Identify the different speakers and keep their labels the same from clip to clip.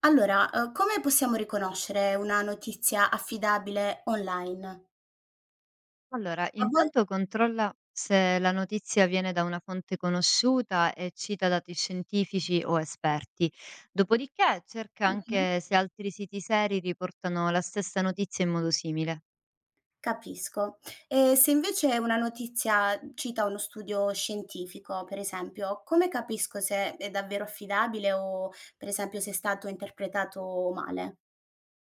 Speaker 1: Allora, come possiamo riconoscere una notizia affidabile online?
Speaker 2: Allora,
Speaker 1: A vol
Speaker 2: intanto controlla se la notizia viene da una fonte conosciuta e cita dati scientifici o esperti. Dopodiché cerca
Speaker 1: mh-mh,
Speaker 2: anche se altri siti seri riportano la stessa notizia in modo simile.
Speaker 1: capisco. E se invece una notizia cita uno studio scientifico, per esempio, come capisco se è davvero affidabile o, per esempio, se è stato interpretato male?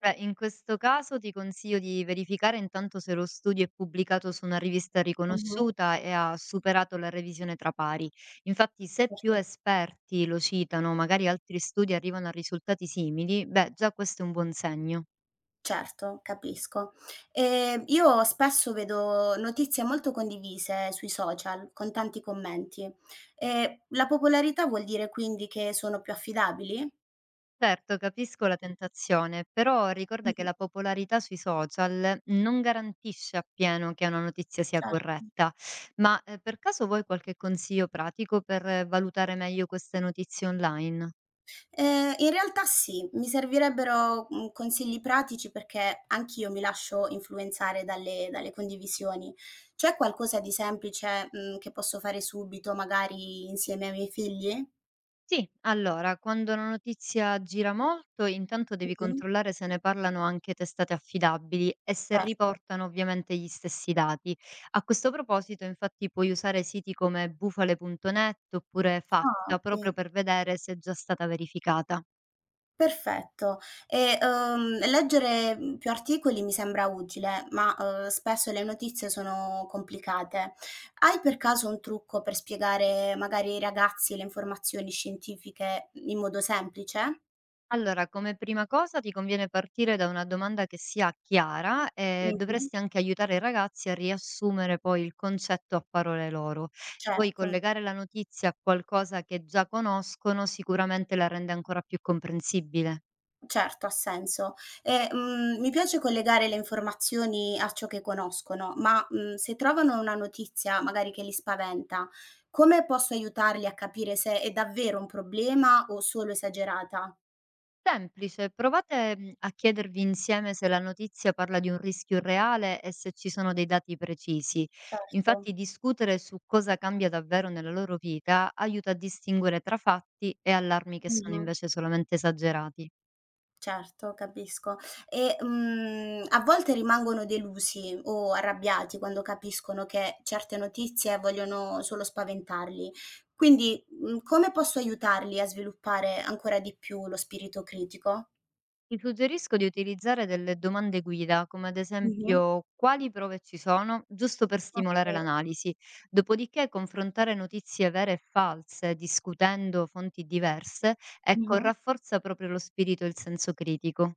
Speaker 2: Beh, in questo caso ti consiglio di verificare intanto se lo studio è pubblicato su una rivista
Speaker 1: Mh-mh,
Speaker 2: riconosciuta e ha superato la revisione tra pari. Infatti, se più
Speaker 1: certo.
Speaker 2: esperti lo citano, magari altri studi arrivano a risultati simili, beh, già questo è un buon segno.
Speaker 1: Certo, capisco. Io spesso vedo notizie molto condivise sui social con tanti commenti. La popolarità vuol dire quindi che sono più affidabili?
Speaker 2: Certo, capisco la tentazione, però ricorda che
Speaker 1: Mh-mh,
Speaker 2: la popolarità sui social non garantisce appieno che una notizia sia
Speaker 1: certo.
Speaker 2: corretta. Ma per caso vuoi qualche consiglio pratico per valutare meglio queste notizie online?
Speaker 1: In realtà sì, mi servirebbero, consigli pratici perché anch'io mi lascio influenzare dalle condivisioni. C'è qualcosa di semplice, che posso fare subito, magari insieme ai miei figli?
Speaker 2: Sì, allora, quando una notizia gira molto, intanto devi
Speaker 1: Mh-mh,
Speaker 2: controllare se ne parlano anche testate affidabili e se
Speaker 1: certo.
Speaker 2: riportano ovviamente gli stessi dati. A questo proposito, infatti, puoi usare siti come bufale.net oppure
Speaker 1: Ah,
Speaker 2: Facta
Speaker 1: okay.
Speaker 2: proprio per vedere se è già stata verificata.
Speaker 1: Perfetto. E, leggere, più articoli mi sembra utile, ma, spesso le notizie sono complicate. Hai per caso un trucco per spiegare magari ai ragazzi le informazioni scientifiche in modo semplice?
Speaker 2: Allora, come prima cosa ti conviene partire da una domanda che sia chiara e
Speaker 1: Mh-mh,
Speaker 2: dovresti anche aiutare i ragazzi a riassumere poi il concetto a parole loro. Poi
Speaker 1: certo.
Speaker 2: collegare la notizia a qualcosa che già conoscono sicuramente la rende ancora più comprensibile.
Speaker 1: Certo, ha senso. E, mi piace collegare le informazioni a ciò che conoscono, ma, se trovano una notizia magari che li spaventa, come posso aiutarli a capire se è davvero un problema o solo esagerata?
Speaker 2: Semplice, provate, a chiedervi insieme se la notizia parla di un rischio reale e se ci sono dei dati precisi.
Speaker 1: Certo.
Speaker 2: Infatti discutere su cosa cambia davvero nella loro vita aiuta a distinguere tra fatti e allarmi che sono
Speaker 1: Mh-mh.
Speaker 2: invece solamente esagerati.
Speaker 1: Certo, capisco. E, a volte rimangono delusi o arrabbiati quando capiscono che certe notizie vogliono solo spaventarli. Quindi, come posso aiutarli a sviluppare ancora di più lo spirito critico?
Speaker 2: Ti suggerisco di utilizzare delle domande guida, come ad
Speaker 1: Mh-mh.
Speaker 2: esempio quali prove ci sono, giusto per stimolare
Speaker 1: Okay.
Speaker 2: l'analisi. Dopodiché confrontare notizie vere e false, discutendo fonti diverse, ecco,
Speaker 1: Mh-mh.
Speaker 2: rafforza proprio lo spirito e il senso critico.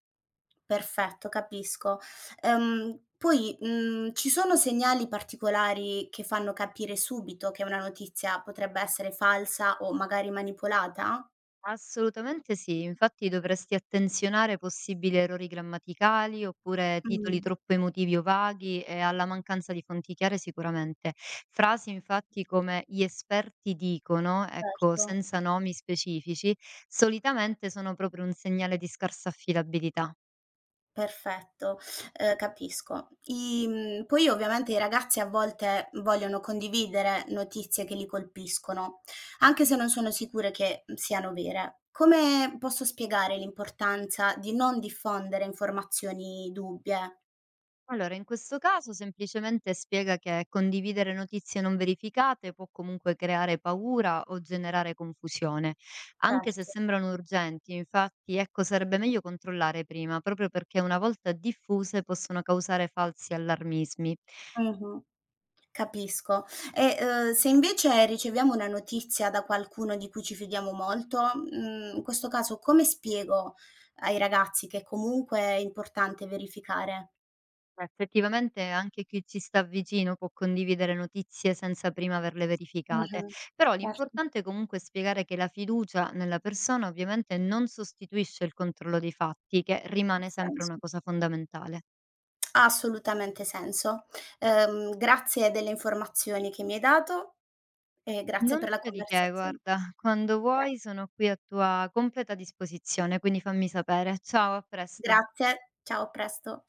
Speaker 1: Perfetto, capisco. Poi, ci sono segnali particolari che fanno capire subito che una notizia potrebbe essere falsa o magari manipolata?
Speaker 2: Assolutamente sì, infatti dovresti attenzionare possibili errori grammaticali oppure titoli
Speaker 1: Mh,
Speaker 2: troppo emotivi o vaghi e alla mancanza di fonti chiare sicuramente. Frasi infatti come gli esperti dicono, ecco,
Speaker 1: certo.
Speaker 2: senza nomi specifici, solitamente sono proprio un segnale di scarsa affidabilità.
Speaker 1: Perfetto, capisco. Poi ovviamente i ragazzi a volte vogliono condividere notizie che li colpiscono, anche se non sono sicure che, siano vere. Come posso spiegare l'importanza di non diffondere informazioni dubbie?
Speaker 2: Allora, in questo caso semplicemente spiega che condividere notizie non verificate può comunque creare paura o generare confusione, anche se
Speaker 1: Certo.
Speaker 2: sembrano urgenti. Infatti, ecco, sarebbe meglio controllare prima, proprio perché una volta diffuse possono causare falsi allarmismi.
Speaker 1: Mh-mh. Capisco. E, se invece riceviamo una notizia da qualcuno di cui ci fidiamo molto, in questo caso come spiego ai ragazzi che comunque è importante verificare?
Speaker 2: Effettivamente anche chi ci sta vicino può condividere notizie senza prima averle verificate,
Speaker 1: Mh-mh.
Speaker 2: però
Speaker 1: Certo,
Speaker 2: l'importante è comunque spiegare che la fiducia nella persona ovviamente non sostituisce il controllo dei fatti, che
Speaker 1: ha
Speaker 2: rimane sempre
Speaker 1: senso.
Speaker 2: una cosa fondamentale.
Speaker 1: Ha assolutamente senso. Grazie delle informazioni che mi hai dato e grazie
Speaker 2: Non
Speaker 1: per la
Speaker 2: c'è di che,
Speaker 1: conversazione.
Speaker 2: guarda, quando
Speaker 1: Gra
Speaker 2: vuoi sono qui a tua completa disposizione, quindi fammi sapere. Ciao, a presto.
Speaker 1: Grazie, ciao, a presto.